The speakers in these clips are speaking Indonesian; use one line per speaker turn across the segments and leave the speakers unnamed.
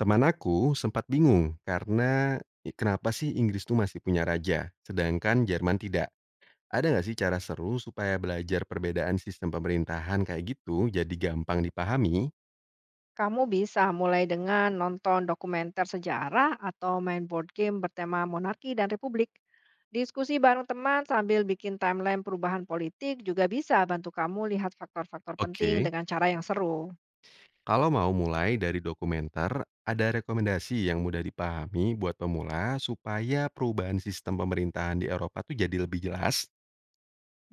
Teman aku sempat bingung karena kenapa sih Inggris tuh masih punya raja, sedangkan Jerman tidak. Ada nggak sih cara seru supaya belajar perbedaan sistem pemerintahan kayak gitu jadi gampang dipahami?
Kamu bisa mulai dengan nonton dokumenter sejarah atau main board game bertema monarki dan republik. Diskusi bareng teman sambil bikin timeline perubahan politik juga bisa bantu kamu lihat faktor-faktor penting
Oke,
dengan cara yang seru.
kalau mau mulai dari dokumenter, ada rekomendasi yang mudah dipahami buat pemula supaya perubahan sistem pemerintahan di Eropa tuh jadi lebih jelas?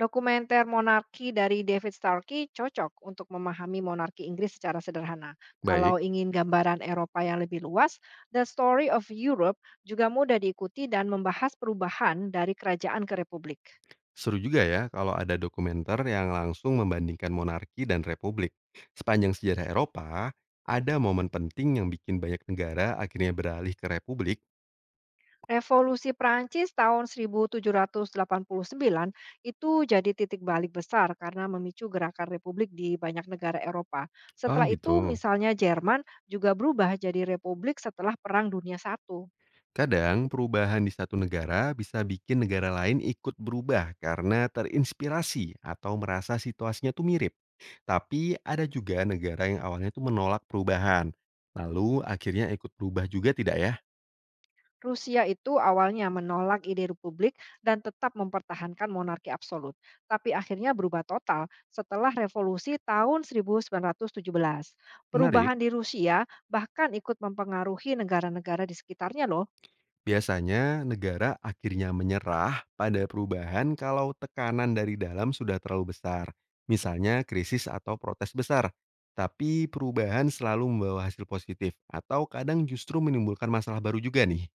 Dokumenter monarki dari David Starkey cocok untuk memahami monarki Inggris secara sederhana. Kalau
Baik.
ingin gambaran Eropa yang lebih luas, The Story of Europe juga mudah diikuti dan membahas perubahan dari kerajaan ke republik.
Seru juga ya kalau ada dokumenter yang langsung membandingkan monarki dan republik. Sepanjang sejarah Eropa, ada momen penting yang bikin banyak negara akhirnya beralih ke republik.
Revolusi Prancis tahun 1789 itu jadi titik balik besar karena memicu gerakan republik di banyak negara Eropa.
Oh
Setelah itu
gitu.
misalnya Jerman juga berubah jadi republik setelah Perang Dunia I.
Kadang perubahan di satu negara bisa bikin negara lain ikut berubah karena terinspirasi atau merasa situasinya tuh mirip. Tapi ada juga negara yang awalnya tuh menolak perubahan. Lalu akhirnya ikut berubah juga tidak ya?
Rusia itu awalnya menolak ide republik dan tetap mempertahankan monarki absolut, tapi akhirnya berubah total setelah revolusi tahun 1917.
Menarik.
Perubahan di Rusia bahkan ikut mempengaruhi negara-negara di sekitarnya loh.
Biasanya negara akhirnya menyerah pada perubahan kalau tekanan dari dalam sudah terlalu besar, misalnya krisis atau protes besar. Tapi perubahan selalu membawa hasil positif atau kadang justru menimbulkan masalah baru juga nih.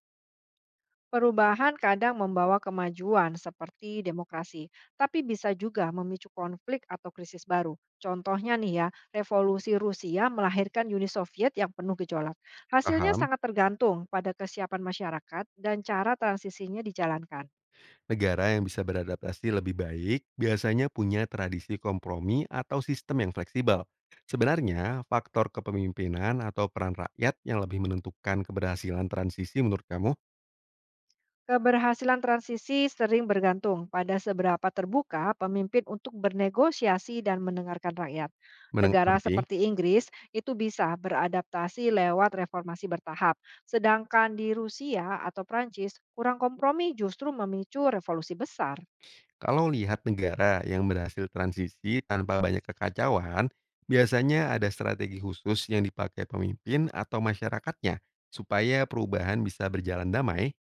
Perubahan kadang membawa kemajuan seperti demokrasi, tapi bisa juga memicu konflik atau krisis baru. Contohnya nih ya, revolusi Rusia melahirkan Uni Soviet yang penuh gejolak. Hasilnya
Paham?
sangat tergantung pada kesiapan masyarakat dan cara transisinya dijalankan.
Negara yang bisa beradaptasi lebih baik biasanya punya tradisi kompromi atau sistem yang fleksibel. Sebenarnya, faktor kepemimpinan atau peran rakyat yang lebih menentukan keberhasilan transisi menurut kamu
Keberhasilan transisi sering bergantung pada seberapa terbuka pemimpin untuk bernegosiasi dan mendengarkan rakyat. Negara
mengerti?
seperti Inggris itu bisa beradaptasi lewat reformasi bertahap, sedangkan di Rusia atau Prancis kurang kompromi justru memicu revolusi besar.
Kalau lihat negara yang berhasil transisi tanpa banyak kekacauan, biasanya ada strategi khusus yang dipakai pemimpin atau masyarakatnya supaya perubahan bisa berjalan damai.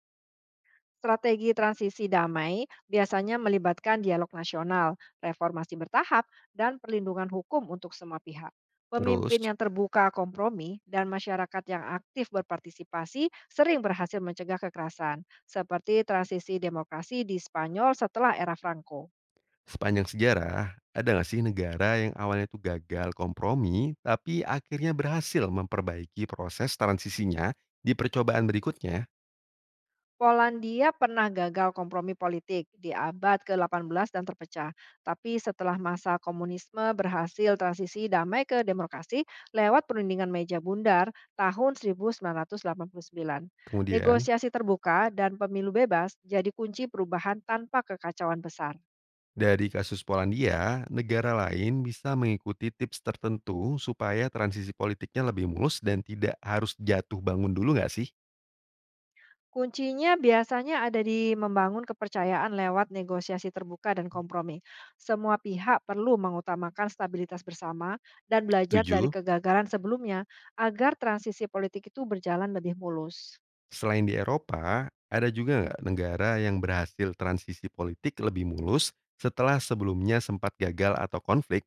Strategi transisi damai biasanya melibatkan dialog nasional, reformasi bertahap, dan perlindungan hukum untuk semua pihak.
Terus,
Pemimpin yang terbuka kompromi dan masyarakat yang aktif berpartisipasi sering berhasil mencegah kekerasan, seperti transisi demokrasi di Spanyol setelah era Franco.
sepanjang sejarah, ada nggak sih negara yang awalnya itu gagal kompromi tapi akhirnya berhasil memperbaiki proses transisinya di percobaan berikutnya?
Polandia pernah gagal kompromi politik di abad ke-18 dan terpecah. Tapi setelah masa komunisme berhasil transisi damai ke demokrasi lewat perundingan meja bundar tahun 1989.
Kemudian
Negosiasi terbuka dan pemilu bebas jadi kunci perubahan tanpa kekacauan besar.
dari kasus Polandia, negara lain bisa mengikuti tips tertentu supaya transisi politiknya lebih mulus dan tidak harus jatuh bangun dulu nggak sih?
Kuncinya biasanya ada di membangun kepercayaan lewat negosiasi terbuka dan kompromi. Semua pihak perlu mengutamakan stabilitas bersama dan belajar dari
Tujuh?
kegagalan sebelumnya agar transisi politik itu berjalan lebih mulus.
Selain di Eropa, ada juga nggak negara yang berhasil transisi politik lebih mulus setelah sebelumnya sempat gagal atau konflik?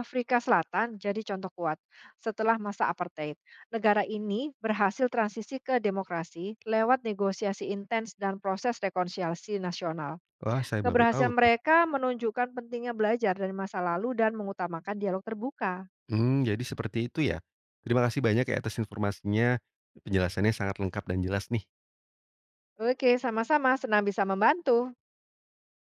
Afrika Selatan jadi contoh kuat. Setelah masa apartheid, negara ini berhasil transisi ke demokrasi lewat negosiasi intens dan proses rekonsiliasi nasional.
Wah, saya baru tahu
Keberhasilan
tuh.
mereka menunjukkan pentingnya belajar dari masa lalu dan mengutamakan dialog terbuka.
Hmm, jadi seperti itu ya. Terima kasih banyak ya atas informasinya. Penjelasannya sangat lengkap dan jelas nih.
Oke, sama-sama. Senang bisa membantu.